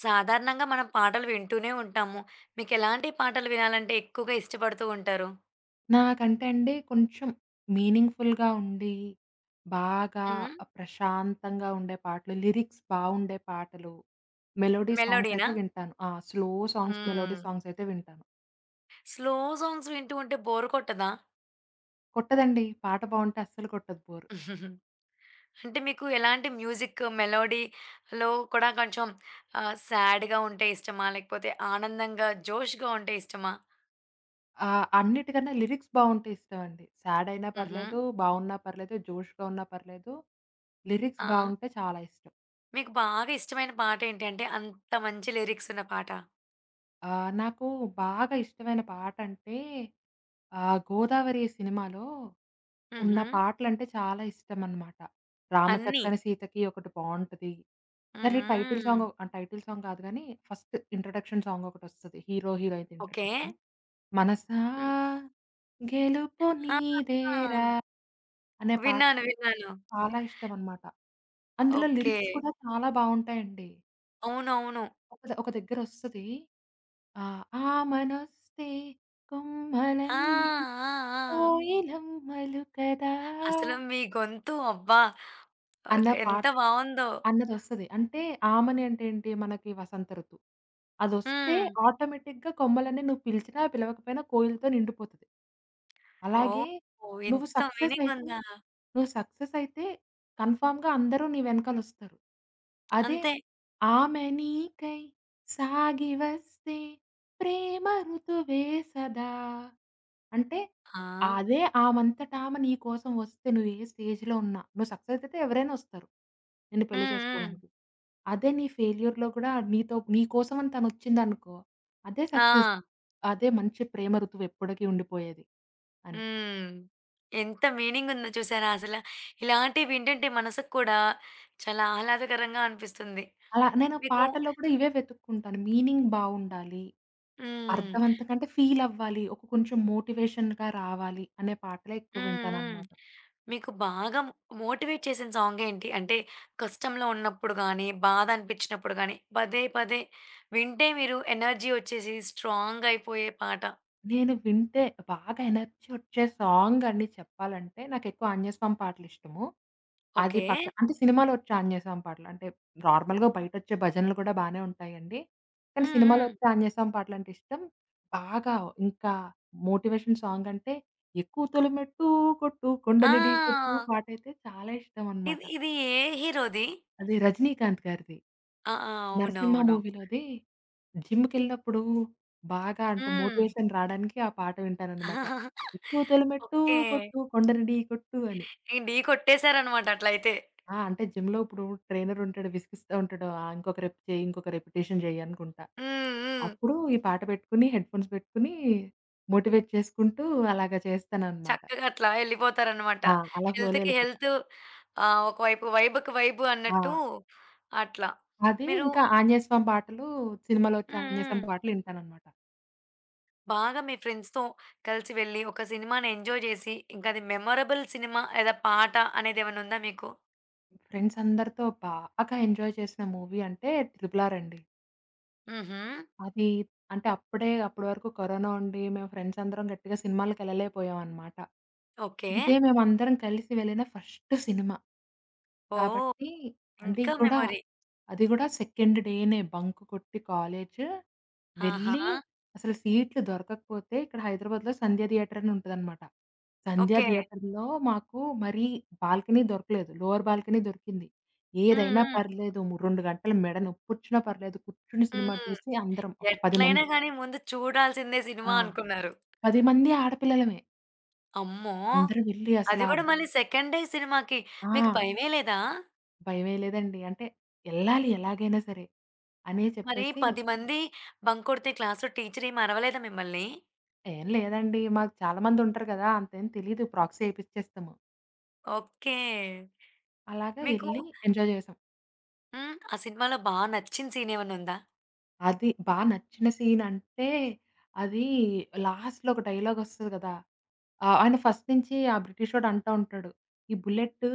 సాధారణంగా మనం పాటలు వింటూనే ఉంటాము. మీకెలాంటి పాటలు వినాలంటే ఎక్కువగా ఇష్టపడుతూ ఉంటారు? నాకంటే అండి కొంచెం మీనింగ్‌ఫుల్‌గా ఉండి, బాగా హ్మ్. ప్రశాంతంగా ఉండే పాటలు, లిరిక్స్ బావుండే పాటలు, మెలోడీ సాంగ్స్ అయితే మెలోడీనా? వింటాను. ఆ! స్లో సాంగ్స్, మెలోడీ హ్మ్. సాంగ్స్ అయితే వింటాను. స్లో సాంగ్స్ వింటూ ఉంటే బోర్ కొట్టదా? కొట్టదండి. పాట బావుంటే అస్సలు కొట్టదు బోరు. అంటే మీకు ఎలాంటి మ్యూజిక్ మెలోడీలో కూడా కొంచెం సాడ్‌గా ఉంటే ఇష్టమా? లేకపోతే ఆనందంగా, జోష్‌గా ఉంటే ఇష్టమా? అన్నిటికన్నా లిరిక్స్ బావుంటే ఇష్టమండి. సాడ్ అయినా హుహు. పర్లేదు, బావున్నా పర్లేదు, జోష్‌గా ఉన్నా పర్లేదు, లిరిక్స్ ఆ! బావుంటే చాలా ఇష్టం. మీకు బాగా ఇష్టమైన పాటేంటి? అంటే అంత మంచి లిరిక్సున్న పాట? నాకు బాగా ఇష్టమైన పాటంటే 'గోదావరి' సినిమాలో ఉన్న హుహు. పాటలంటే చాలా ఇష్టమనమాట. అన్నీ. 'రామచక్కని సీతకి' ఒకటి బావుంటది. దాని టైటిల్ హుహు. సాంగ్ టైటిల్ సాంగ్ కాదు గానీ, ఫస్ట్ ఇంట్రడక్షన్ సాంగ్ ఒకటొస్తది. Hero heroine okay. ఇంట్రడక్షన్. 'మనసా గెలుపు ఆహా! నీదేరా' అనే పాట విన్నాను. విన్నాను. చాలా ఇష్టమనమాట. అందులో ఓకే. లిరిక్స్ కూడా చాలా బావుంటాయండి. అవునవును. ఒక దగ్గరొస్తది ఆహ్, ఆమనొస్తే ఆ! కొమ్మలన్నీ ఆ! ఆ! కోయిలమ్మలు కదా! అసలు మీ గొంతు అబ్బా! అన్న ఎంత బావుందో. అన్నదొస్తది. అంటే ఆమని అంటే ఏంటి మనకి వసంత ఋతువు. అదొస్తే హ్మ్. ఆటోమేటిక్‌గా కొమ్మలన్నీ నువ్వు పిలిచినా, పిలవకపోయినా కోయిలతో నిండిపోతది. ఓహ్! అలాగే నువ్వు ఇంత సక్సెస్ మీనింగ్ అయితే ఉందా? నువ్వు సక్సెస్ అయితే కన్ఫర్మ్‌గా అందరూ నీ వెనకాలొస్తారు. అదే అంతే. ఆమె నీకై సాగి వస్తే ప్రేమ ఋతువే సదా అంటే ఆ! అదే ఆమంతటామె నీ కోసం వస్తే నువ్వు ఏ స్టేజ్‌లో ఉన్నా, నువ్వు సక్సెస్ అయితే ఎవరైనా వస్తారు. నిన్ను పెళ్లి హ్మ్. హ్మ్. చేసుకోవడానికి. అదే నీ ఫెయిల్యూర్‌లో కూడా నీతో నీ కోసం అని తనొచ్చిందనుకో, అదే ఆ! సక్సెస్. అదే మంచి ప్రేమ ఋతువు ఎప్పటికీ ఉండిపోయేది అని. హ్మ్. ఎంత మీనింగ్ ఉందో చూసారా అసల. ఇలాంటివి వింటుంటే మనసుకు కూడా చాలా ఆహ్లాదకరంగా అనిపిస్తుంది. అలా నేను మీకు పాటల్లో కూడా ఇవే వెతుక్కుంటాను. మీనింగ్ బావుండాలి. హ్మ్. అర్థవంతంగా అంటే ఫీల్ అవ్వాలి. ఒక కొంచెం మోటివేషన్‌గా రావాలి అనే పాటలే ఎక్కువ హ్మ్. హ్మ్. వింటానన్నమాట. మీకు బాగా మోటివేట్ చేసిన సాంగేంటి? అంటే కష్టంలో ఉన్నప్పుడు గానీ, బాధ అనిపించినప్పుడు గానీ, పదే పదే వింటే మీరు ఎనర్జీ వచ్చేసి స్ట్రాంగ్ అయిపోయే పాట. నేను వింటే బాగా ఎనర్జీ వచ్చే సాంగండి చెప్పాలంటే, నాకెక్కువ ఆంజనేయస్వామి పాటలిష్టము. అది ఓకే. పక్క అంటే సినిమాలో వచ్చే ఆంజనేయస్వామి పాటలు. అంటే నార్మల్‌గా బయటొచ్చే భజనలు కూడా బానే ఉంటాయండి. కానీ హ్మ్. సినిమాలో హ్మ్. వచ్చే ఆంజనేయస్వామి పాటలంటే ఇష్టం. బాగా ఇంకా మోటివేషన్ సాంగంటే 'ఎక్కువ తొలిమెట్టు కొట్టు కొండని ఆ! ఢీకొట్టు' పాటైతే చాలా ఇష్టమనమాట. ఇది ఇది ఏ హీరోది? అది 'రజినీకాంత్' గారిది. ఆ! ఆ! 'నరసింహ' అవునవును. మూవీలోది జిమ్‌కెళ్ళినప్పుడు బాగా అంటే హ్మ్. మోటివేషన్ రాడానికి ఆ పాట వింటాననమాట. ఎక్కువ తొలిమెట్టు ఓకే. కొట్టు కొండను ఢీ కొట్టు అని. ఇంక ఢీ కొట్టేసారనమాట అట్లయితే. ఆ! అంటే జిమ్‌లో ఇప్పుడు ట్రైనర్ ఉంటాడు. విసిగిస్తా ఉంటాడు. ఆ! ఇంకొక రెప్ చేయి, ఇంకొక రిపిటేషన్ చేయి అనుకుంటా. హ్మ్. హ్మ్. అప్పుడు ఈ పాట పెట్టుకొని హెడ్‌ఫోన్స్ పెట్టుకొని మోటివేట్ చేసుకుంటూ అలాగా చేస్తాననమాట. చక్కగా అట్లా ఎళ్ళిపోతారనమాట. ఆ! అలా ఫ్లోలో హెల్త్‌కి ఎళ్ళిపోతా. హెల్తు ఒకవైపు వైబ్‌కి వైబు ఆ! అన్నట్టు అట్లా. అది మీరు ఇంకా ఆంజనేయస్వామి పాటలు సినిమాలో వచ్చే హ్మ్. హ్మ్. ఆంజనేయస్వామి పాటలు వింటాననమాట. బాగా మీ ఫ్రెండ్స్‌తో కలిసి వెళ్లి, ఒక సినిమాని ఎంజాయ్ జేసి, ఇంకా అది మెమరబుల్ సినిమా లేదా పాట అనేదేమన్నా ఉందా మీకు? ఫ్రెండ్స్ అందరితో బాగా ఎంజాయ్ చేసిన మూవీ అంటే 'ట్రిపుల్ ఆర్' అండి. హుహు. అది అంటే అప్పుడే అప్పటి వరకు కరోనా ఉండి మేము ఫ్రెండ్స్ అందరం గట్టిగా సినిమాలకెళ్ళలేకపోయామనమాట. ఓకే. ఇదే మేమందరం కలిసి వెళ్ళిన ఫస్ట్ సినిమా. ఓహ్! కాబట్టి అది ఇంకా కూడా మెమరీ. అది కూడా సెకండ్ డేనే బంక్ కొట్టి కాలేజు ఆహా! వెళ్ళి అసలు సీట్లు దొరకకపోతే ఇక్కడ హైదరాబాద్‌లో 'సంధ్య థియేటర్' అని ఉంటదనమాట. 'సంధ్య ఓకే. థియేటర్‌లో' మాకు మరీ బాల్కనీ దొరకలేదు. లోయర్ బాల్కనీ దొరికింది. హ్మ్. ఏదైనా హ్మ్. పర్లేదు. 2 గంటలు మెడ నొప్పొచ్చినా పర్లేదు. కూర్చుని సినిమా హ్మ్. చూసి అందరం ఒక 10 ఎట్లైనా మంది. గాని ముందు చూడాల్సిందే ఆ! సినిమా అనుకున్నారు. 10 మంది ఆడపిల్లలమే. అమ్మో! అందరం వెళ్లి అది అసలా ఆ! గూడా మళ్ళీ సెకండ్ డే సినిమాకి ఆ, మీకు భయమేయలేదా? భయమే లేదండి. అంటే ఎళ్ళాలి ఎలాగైనా సరే అని మరి చెప్పేసి, 10 మంది బంక్ కొడితే క్లాస్‌లో టీచరేమి అరవలేదా మిమ్మల్ని? "ఏం లేదండి మాకు చాలా మందుంటారు కదా! అంతేం తెలీదు. ప్రాక్సీ ఏపిచ్చేస్తాము." ఓకే. అలాగా మీకు ఎళ్లి ఎంజాయ్ చేసాం. హ్మ్. ఆ సినిమాలో బా నచ్చిన సీనేమన్నా ఉందా? అది బా నచ్చిన సీనంటే, అది లాస్ట్‌లో ఒక డైలాగొస్తది కదా! ఆ! ఆయన ఫస్ట్ నుంచి ఆ బ్రిటిషోడు అంటా ఉంటాడు. "ఈ బుల్లెట్టు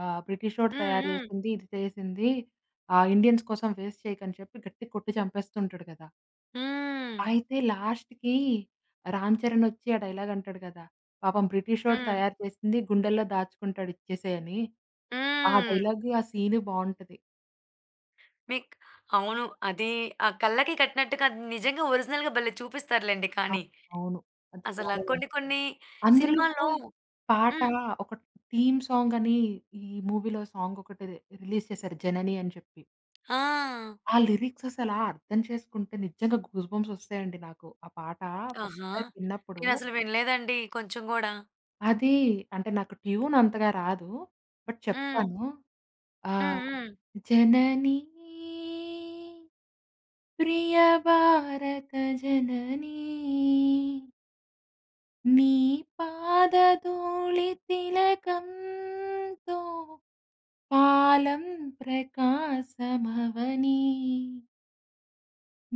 బ్రిటిషోడు హ్మ్. తయారు హ్మ్. చేసింది. ఇది చేసింది. ఇండియన్స్ కోసం వేస్ట్ చేయకని" చెప్పి గట్టిగా కొట్టి చంపేస్తుంటాడు కదా! హ్మ్. అయితే లాస్ట్‌కి రామ్ చరణ్ వచ్చి ఆ డైలాగ్ అంటాడు కదా! "పాపం బ్రిటిషోడు హ్మ్. తయారు చేసింది గుండెల్లో దాచుకుంటాడు ఇచ్చేసేయ్" అని. ఆ హ్మ్. డైలాగ్, ఆ సీన్ బావుంటది. మీక్ అవును. అది ఆ కళ్ళకి కట్టినట్టుగా అది నిజంగా ఒరిజినల్‌గా భలే చూపిస్తారులెండి ఆ! కానీ. అవును. అది చాలా అసలా కొన్ని బావుంటది. కొన్ని అందులో కూడా సినిమాల్లో పాట హ్మ్. ఒక థీమ్ సాంగ్ అని ఈ మూవీలో సాంగ్ ఒకటి రిలీజ్ చేశారు 'జనని' అని చెప్పి. ఆ! ఆ లిరిక్స్ అసలా అర్థం చేసుకుంటే నిజంగా గూస్ బంప్స్ వస్తాయండి నాకు. ఆ పాట ఫస్ట్ ఆహా! టైమ్ విన్నప్పుడు నేనసలు వినలేదండి కొంచెం గూడా. అది అంటే నాకు ట్యూన్ అంతగా రాదు. బట్ హ్మ్. చెప్తాను. హ్మ్. ఆహ్, హ్మ్. జననీ ప్రియ భారత జననీ నీ పాదధూళి తిలకంతో పాలం ప్రకాశమవని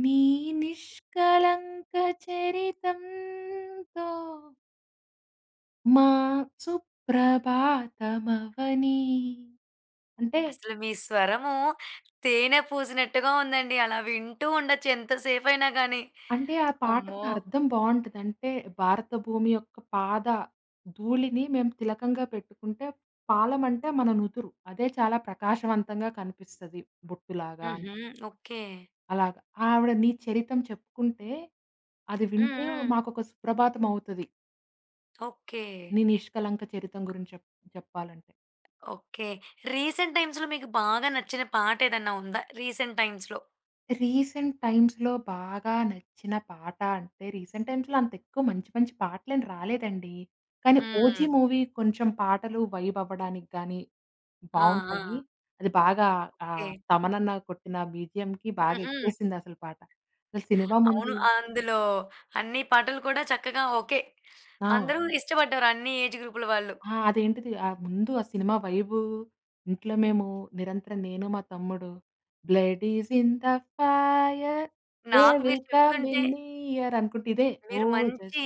నీ నిష్కళంక చరితంతో మా సుప్రభాతమవని. అంటే అసలు మీ స్వరము తేనె పూసినట్టుగా ఉందండి. అలా వింటూ ఉండొచ్చు ఎంతసేపయినా గానీ. అంటే ఆ పాట అమ్మో! కూడా అర్థం బావుంటది. అంటే భారత భూమి యొక్క పాద ధూళిని మేము తిలకంగా పెట్టుకుంటే, పాలం అంటే మన నుదురు. అదే చాలా ప్రకాశవంతంగా కనిపిస్తది బొట్టులాగా అని. హుహు. ఓకే. అలాగా. ఆవిడ నీ చరితం చెప్పుకుంటే, అది హ్మ్. వింటూ హ్మ్. మాకొక సుప్రభాతం అవుతది. ఓకే. నీ నిష్కలంక చరితం గురించి చెప్పాలంటే. ఓకే. రీసెంట్ టైమ్స్‌లో మీకు బాగా నచ్చిన పాటేదన్నా ఉందా? రీసెంట్ టైమ్స్‌లో? రీసెంట్ టైమ్స్‌లో బాగా నచ్చిన పాట అంటే, రీసెంట్ టైమ్స్‌లో అంత ఎక్కువ మంచి మంచి పాటలేం రాలేదండి. కానీ హ్మ్. 'ఓజీ' మూవీ కొంచెం పాటలు వైబ్ అవ్వడానికి గాని ఆ! బావుంటాయి. ఆ! అది బాగా ఓకే. తమనన్న కొట్టిన బీజీఎంకి బాగా హుహు. ఎక్కేసిందసలు పాట. అసలు సినిమా అవును. ముందు అందులో అన్ని పాటలు కూడా చక్కగా ఓకే. ఆ! అందరూ ఇష్టపడ్డారు అన్ని ఏజ్ గ్రూపుల వాళ్ళు. ఆ! అదేంటిది ముందు ఆ సినిమా వైబు ఇంట్లో మేము నిరంతరం నేను, మా తమ్ముడు blood is in the fire they నాకు మీరు విల్ చెప్తుంటే కమింగ్ నియర్ అనుకుంట ఇదే ఓ మీరు మంచి జస్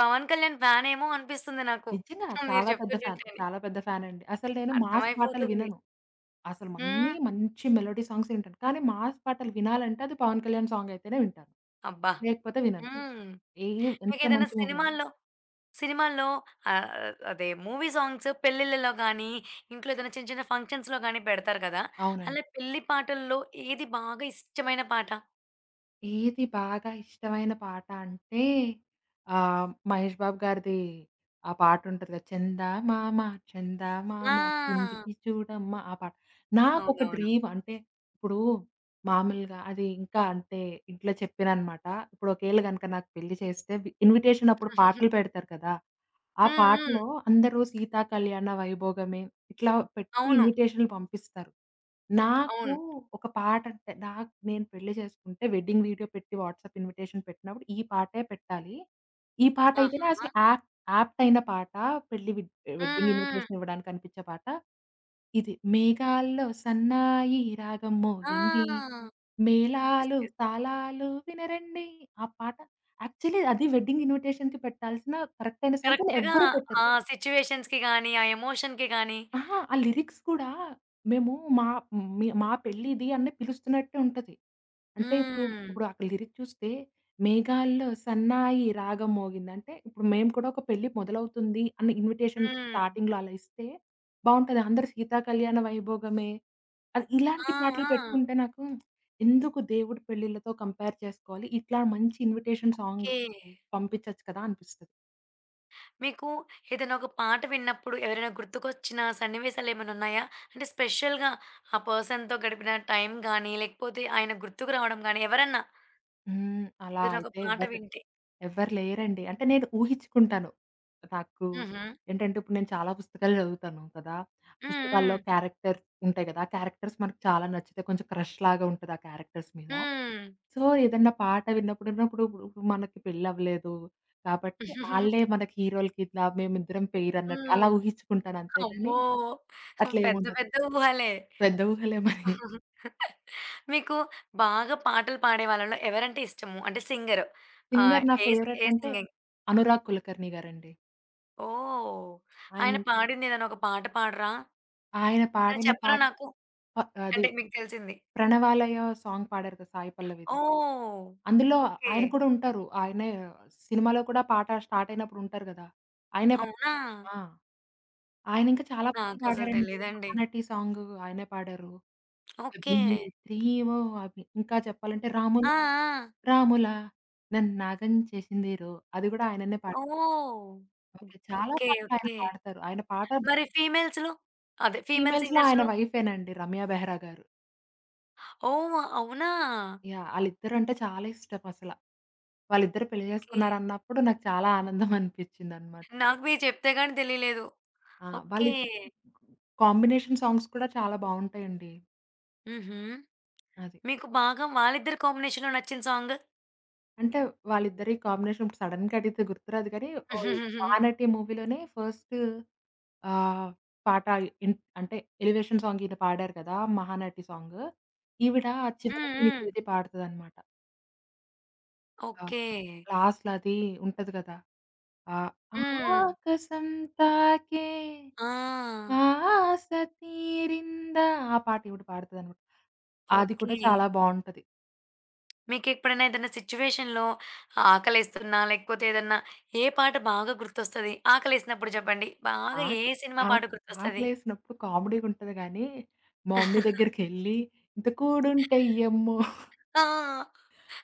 'పవన్ కళ్యాణ్' ఫ్యానేమో అనిపిస్తుంది నాకు. నిజంగా. హ్మ్, మీరు చాలా పెద్ద ఫ్యాన్. చెప్తుంటుంటేనే. చాలా పెద్ద ఫ్యానండి. అసలు నేను మాస్ పాటలు అర్థమైపోతుంది. వినను. అసలు హ్మ్. అన్నీ మంచి మెలోడీ సాంగ్స్ వింటాను. కానీ మాస్ పాటలు వినాలంటే అది పవన్ కళ్యాణ్ సాంగ్ అయితేనే వింటాను. అబ్బా! లేకపోతే వినను. హ్మ్. హ్మ్. ఏ ఎంత మీకేదైనా మంచి మూవీ సినిమాల్లో సినిమాల్లో ఆహ్, అదే మూవీ సాంగ్స్ పెళ్ళిళ్ళలో గానీ, ఇంట్లో ఏదైనా చిన్న చిన్న ఫంక్షన్స్‌లో గానీ పెడతారు కదా! అలా అవునండి. పెళ్లి పాటల్లో ఏది బాగా ఇష్టమైన పాట? ఏది బాగా ఇష్టమైన పాట అంటే 'మహేష్ బాబు' గారిది ఆ పాటుంటది కదా! 'చందమామ ఆ! చందమామ కిందికి చూడమ్మా' ఆ పాట. నాకొక అవునవును. డ్రీమ్ అంటే ఇప్పుడు మామూలుగా అది ఇంకా అంటే ఇంట్లో చెప్పాననమాట. ఇప్పుడు ఒకేళ గనుక నాకు పెళ్లి చేస్తే ఇన్విటేషన్ అప్పుడు పాటలు పెడతారు కదా! ఆ హ్మ్. హ్మ్. పాటలో అందరూ 'సీతా కళ్యాణ వైభోగమే' ఇట్లా పెట్టి అవును. ఇన్విటేషన్‌లు పంపిస్తారు. నాకు అవును. ఒక పాటంటే నాకు నేను పెళ్లి చేసుకుంటే వెడ్డింగ్ వీడియో పెట్టి వాట్సాప్ ఇన్విటేషన్ పెట్టినప్పుడు ఈ పాటే పెట్టాలి. ఈ పాటయితేనే ఆహా! అసలు యాప్ట్ అయిన పాట పెళ్లి వెడ్ హ్మ్. వెడ్డింగ్ ఇన్విటేషన్ హ్మ్. ఇవ్వడానికి అనిపించే పాట. ఇది మేఘాల్లో సన్నాయి రాగం ఆ! మోగింది. యెస్. మేళాలు యెస్. తాళాలు వినరండి ఆ పాట యాక్చువల్లీ అది వెడ్డింగ్ ఇన్విటేషన్‌కి పెట్టాల్సిన కరెక్ట్ అయిన సాంగ్. కానీ కరెక్ట్‌గా ఎవ్వరు పెట్టరు. ఆ సిట్యుయేషన్స్‌కి గాని, ఆ ఎమోషన్‌కి గాని అహా! ఆ లిరిక్స్ కూడా మేము మా మీ మా పెళ్ళిది అని పిలుస్తున్నట్టే ఉంటది. అంటే ఇప్పుడు, హ్మ్. ఇప్పుడు అక్కడ లిరిక్ చూస్తే మేఘాల్లో సన్నాయి రాగం మోగిందంటే, ఇప్పుడు మేము కూడా ఒక పెళ్లి మొదలవుతుంది అన్న ఇన్విటేషన్ హ్మ్. స్టార్టింగ్‌లో అలా ఇస్తే బావుంటది. అందరూ సీతా కళ్యాణ వైభోగమే అది ఆ! ఇలాంటి పాటలు ఆ! పెట్టుకుంటే నాకు ఎందుకు దేవుడి పెళ్ళిళ్ళతో కంపేర్ చేసుకోవాలి. ఇట్లా మంచి ఇన్విటేషన్ సాంగ్ ఓకే. పంపించొచ్చు కదా అనిపిస్తది. మీకు ఏదైనా ఒక పాట విన్నప్పుడు ఎవరైనా గుర్తుకొచ్చిన సన్నివేశాలేమైనా ఉన్నాయా? అంటే స్పెషల్‌గా ఆ పర్సన్‌తో గడిపిన టైం గాని, లేకపోతే ఆయన గుర్తుకు రావడం గాని ఎవరన్నా హ్మ్. అలా ఏదైనా ఒక అయితే పాట ఎవ్వరు వింటే? ఎవ్వరు లేరండి. అంటే నేను ఊహించుకుంటాను. నాకు హుహు. ఏంటంటే ఇప్పుడు నేను చాలా పుస్తకాలు చదువుతాను కదా! హ్మ్. పుస్తకాల్లో హ్మ్. క్యారెక్టర్స్ ఉంటాయి కదా! ఆ క్యారెక్టర్స్ మనకు చాలా నచ్చితే కొంచెం క్రష్‌లాగా ఉంటది ఆ క్యారెక్టర్స్ మీద. హ్మ్. సో, ఏదన్నా పాట విన్నప్పుడు విన్నప్పుడు ఇప్పుడు మనకి పెళ్లవ్వలేదు కాబట్టి ఆళ్ళే మనకి హీరోలకి ఇట్లా మేమిద్దరం పెయిర్ అన్నట్టు అలా హ్మ్. ఊహించుకుంటాను అంతేగాని అమ్మో! పెద్ద అట్లేముండదు. పెద్ద ఊహలే. పెద్ద ఊహలే మరి. మీకు బాగా పాటలు పాడే వాళ్ళలో ఎవరంటే ఇష్టము? అంటే సింగరు. సింగర్ నా ఏ ఏ ఫేవరెట్ అంటే సింగింగ్? అనురాగ్ కులకర్ణి గారండి. ఓహ్! ఆయన ఆయన పాడింది ఏదైనా ఒక పాట పాడరా? ఆయన ఏదైనా పాడిన చెప్పరా పాట నాకు? ప అది అంటే మీకు తెలిసింది. 'ప్రణవాలయ' సాంగ్ పాడారు కదా! సాయి పల్లవిది. ఓహ్! అందులో ఓకే. ఆయన కూడా ఉంటారు. ఆయనే సినిమాలో కూడా పాట స్టార్ట్ అయినప్పుడు ఉంటారు కదా! ఆయనే పా అవునా? ఆ! ఆయనింకా చాలా పాటలు నాకసలు పాడారండి. తెలీదండి. 'మహానటి' సాంగ్ ఆయనే పాడారు. ఓకే. 'అభినేత్రీవో అభి' ఇంకా చెప్పాలంటే ఆ! ఆ! రాములా నన్నాగం చేసిందిరో' అది కూడా ఆయననే పాడారు. ఓహ్! ఓకే. చాలా ఓకే. పాటలు ఆయన ఓకే. పాడతారు. ఆయన పాట మరి ఫీమేల్స్‌లో? అదే ఫీమేల్ ఫీమేల్స్‌లో ఆయన సింగర్స్‌లో? వైఫేనండి రమ్య బెహ్రా గారు. ఓహ్! అవునా? యాహ్! ఆళ్ళిద్దరంటే చాలా ఇష్టం అసల. వాళ్ళిద్దరు పెళ్లి ఓకే. చేసుకున్నారన్నప్పుడు నాకు చాలా ఆనందం అనిపించిందనమాట. నాకు మీరు చెప్తే గాని తెలీలేదు. ఆ! ఓకే. వాళ్ళిద్దరి కాంబినేషన్ సాంగ్స్ కూడా చాలా బావుంటాయండి. హుహు. అది. మీకు బాగా వాళ్ళిద్దరి కాంబినేషన్‌లో నచ్చిన సాంగ్? అంటే వాళ్ళిద్దరి కాంబినేషన్ ఇప్పుడు సడెన్‌గా అడిగితే గుర్తురాదు కానీ, ఓహ్! 'మహానటి' మూవీలోనే ఫస్ట్ ఆహ్, పాట ఇన్ అంటే ఎలివేషన్ సాంగ్ ఈయన పాడారు కదా! 'మహానటి' సాంగ్. ఈవిడ హ్మ్. చివరకు హ్మ్. 'నీకేది' పాడుతదనమాట. ఆ! ఓకే. లాస్ట్‌లో అది ఉంటది కదా! ఆహ్, హ్మ్. ఆకాశం తాకే ఆ! ఆశ తీరిందా ఆ పాట ఈవిడ పాడుతదనమాట. అది కూడా ఓకే. చాలా బావుంటది. మీకెప్పుడైనా ఏదైనా సిట్యుయేషన్‌లో ఆకలేస్తున్నా, లేకపోతే ఏదన్నా ఏ పాట బాగా గుర్తొస్తది? ఆకలేసినప్పుడు చెప్పండి. బాగా ఏ ఆక్ సినిమా పాట ఆక్ గుర్తొస్తది? ఆకలేసినప్పుడు కామెడీగుంటది గానీ, మా మమ్మీ దగ్గరికెళ్ళి ఇంత కూడుంటెయ్యమ్మో ఆ!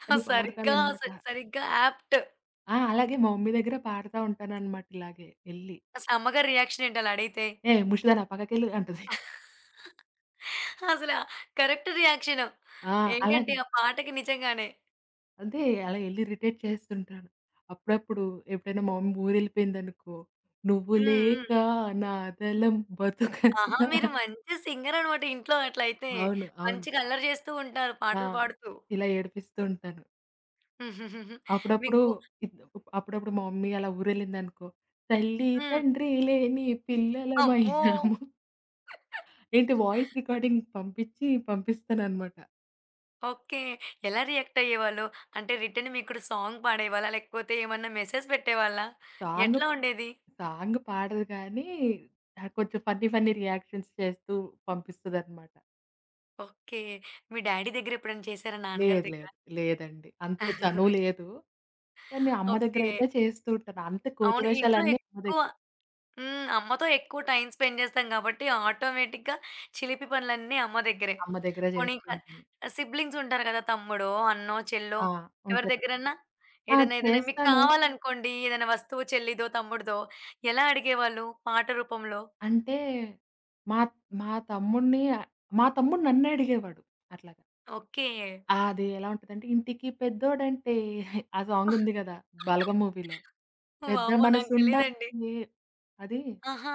అని సరిగ్గా పాడుతాననమాట. సరిగ్గా యాప్ట్. ఆ! అలాగే మా మమ్మీ దగ్గర పాడుతా ఉంటాననమాట ఇలాగే ఎళ్లి. అసలు అమ్మగారి రియాక్షన్ ఏంటి అలా అడిగితే? "ఏ ముషిదానా పక్కకెళ్ళు" అంటది. అసల కరెక్ట్ రియాక్షన్. ఆ! ఏంటంటే అలాగే. ఆ పాటకి నిజంగానే. అదే. అలా ఎళ్లి ఇరిటేట్ చేస్తుంటాను. అప్పుడప్పుడు ఎప్పుడైనా మా మమ్మీ ఊరెళ్ళిపోయిందనుకో, "నువ్వు హ్మ్. హ్మ్. లేక నాదలం ఆహా! బతుకంతా" మీరు మంచి సింగర్ అనమాట ఇంట్లో అట్లయితే. అవును. అవును. మంచిగా అల్లరి చేస్తూ ఉంటారు ఆ! పాటలు పాడుతూ. ఇలా ఏడిపిస్తూ ఉంటాను. అప్పుడప్పుడు మీకు ఇద్ అప్పుడప్పుడు మా మమ్మీ అలా ఊరెళ్ళిందనుకో, "తల్లి హ్మ్. తండ్రి లేని అమ్మో! పిల్లలమైనాము" ఏంటి వాయిస్ రికార్డింగ్ పంపిస్తాననమాట. ఓకే. ఎలా రియాక్ట్ అయ్యేవాళ్ళు? అంటే రిటర్న్ మీకుడు సాంగ్ పాడేవాళ్ళా? లేకపోతే ఏమన్నా మెసేజ్ పెట్టేవాళ్ళా? సాంగ్ ఎట్లా ఉండేది? సాంగ్ పాడదు కానీ, ఆ కొంచెం ఫన్నీ ఫన్నీ రియాక్షన్స్ చేస్తూ పంపిస్తదనమాట. ఓకే. మీ డ్యాడీ దగ్గర ఎప్పుడైనా చేశారా? నాన్నగారి లేదు. దగ్గర? లేదు. లేదండి. అంత చనువు లేదు. కానీ అమ్మ ఓకే. దగ్గరయితే చేస్తూ ఉంటాను. అంత కోతి అవును. ఇంట్లో వేషాలన్నీ అమ్మ ఎక్కువ దగ్గ హ్మ్. అమ్మతో ఎక్కువ టైమ్ స్పెండ్ చేస్తాం కాబట్టి ఆటోమేటిక్‌గా చిలిపి పనులన్నీ అమ్మ దగ్గరే. అమ్మ దగ్గరే పోనీ చేస్తూ ఉంటాను. సిబ్లింగ్స్ ఉంటారు కదా! తమ్ముడో, అన్నో, చెల్లో ఆ! ఎవరి ఉంటారు. దగ్గరన్నా ఆ! ఏదైనా ఏదైనా మీకు చేస్తాను. కావాలనుకోండి ఏదైనా వస్తువు చెల్లిదో, తమ్ముడిదో ఎలా అడిగేవాళ్ళు పాట రూపంలో? అంటే మా మా తమ్ముడిని మా తమ్ముడు నన్నే అడిగేవాడు అట్లాగా. ఓకే. ఆ, అది ఎలా ఉంటదంటే, ఇంటికి పెద్దోడంటే ఆ సాంగ్ ఉంది గదా! 'బలగం' మూవీలో. పెద్ద వామ్మో! నాకు తెలీదండి. మనసుండాలి. అది ఆహా!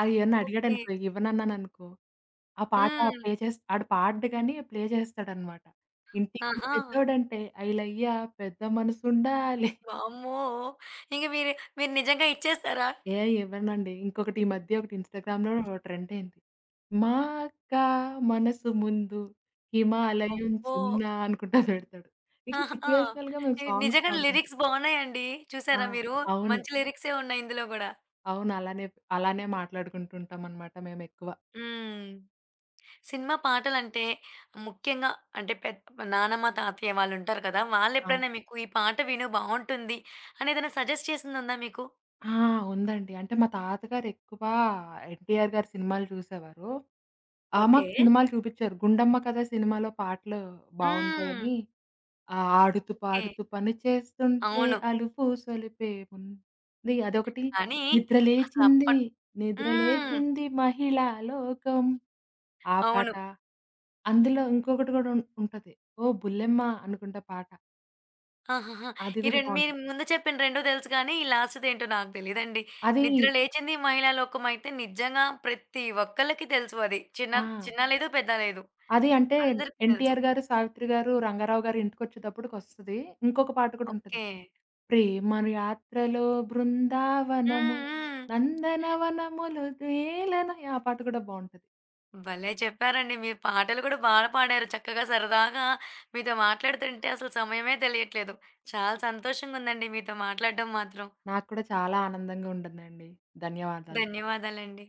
అది ఏమన్నా ఓకే. అడిగాడనుకో, ఇవ్వనన్నాననుకో ఆ పాట హ్మ్. ప్లే చేస్ ఆడు పాడడు గానీ, ప్లే చేస్తాడనమాట. ఇంటికి ఆహా! పెద్దోడంటే ఐలయ్య పెద్ద మనసుండాలి. వామ్మో! ఇంక మీరు మీరు నిజంగా ఇచ్చేస్తారా? ఏ ఇవ్వనండి. ఇంకొకటి ఈ మధ్య ఒకటి ఇన్‌స్టాగ్రామ్‌లో ట్రెండ్ అయింది. మా అక్క మనసు ముందు హిమాలయం అబ్బో! చిన్న అనుకుంటా పెడతాడు. ఇట్లా ఆహా! ఆ! సిట్యుయేషనల్‌గా మేము ఇవి సాంగ్స్ నిజంగా పాడుకుంటాం. లిరిక్స్ బావున్నాయండి. ఆ! చూసారా మీరు? అవును. మంచి లిరిక్సే ఉన్నాయి ఇందులో గూడా. అవును. అలానే అలానే మాట్లాడుకుంటుంటామనమాట మేమెక్కువ. హ్మ్. సినిమా పాటలంటే ముఖ్యంగా అంటే నానమ్మ, తాతయ్య వాళ్ళుంటారు కదా! ఆ! వాళ్ళెప్పుడైనా మీకు "ఈ పాట విను బావుంటుంది" అని ఏదైనా సజెస్ట్ చేసిందుందా మీకు? ఆ! ఉందండి. అంటే మా తాతగారెక్కువ ఎన్‌టీఆర్ గారి సినిమాలు చూసేవారు. ఆ! ఓకే. మాకు సినిమాలు చూపిచ్చారు. 'గుండమ్మ కథ' సినిమాలో పాటలు హ్మ్. బావుంటాయని ఆ! ఆడుతూ ఓకే. పాడుతూ పని చేస్తుంటే అవును. అలుపు సొలిపే ఉంది. అదొకటి. కానీ నిద్ర లేచింది, అసలప్పట్ నిద్ర హ్మ్. లేచింది మహిళా లోకం ఆ అవును. పాట. అందులో ఇంకొకటి గూడా ఉంటది. ఓ బుల్లెమ్మ అనుకుంటా పాట. ఆహాహా! అది ఈ గూడా 2 మీరు బావుంటది. ముందు చెప్పిన 2 తెలుసు కానీ, ఈ లాస్ట్‌దేంటో నాకు తెలీదండి. అది నిద్ర లేచింది మహిళా లోకమైతే నిజంగా ప్రతి ఒక్కళ్ళకి తెలుసు అది. చిన్న ఆ! చిన్న లేదు, పెద్ద లేదు. అది అంటే అందరికీ తెలుసు. ఎన్టీఆర్ గారు, సావిత్రి గారు, రంగారావు గారు ఇంటికొచ్చేటప్పటికొస్తది. ఇంకొక పాట గూడా ఉంటది. ఓకే. ప్రేమను యాత్రలో బృందావనము, హ్మ్. హ్మ్. నందనవనములు తేలన ఆ పాట కూడా బావుంటది. భలే చెప్పారండి. మీరు పాటలు కూడా బాగా పాడారు. చక్కగా సరదాగా మీతో మాట్లాడుతుంటే అసలు సమయమే తెలియట్లేదు. చాలా సంతోషంగుందండి మీతో మాట్లాడడం మాత్రం. నాకు కూడా చాలా ఆనందంగా ఉంటుందండి. ధన్యవాదాలు. ధన్యవాదాలండి.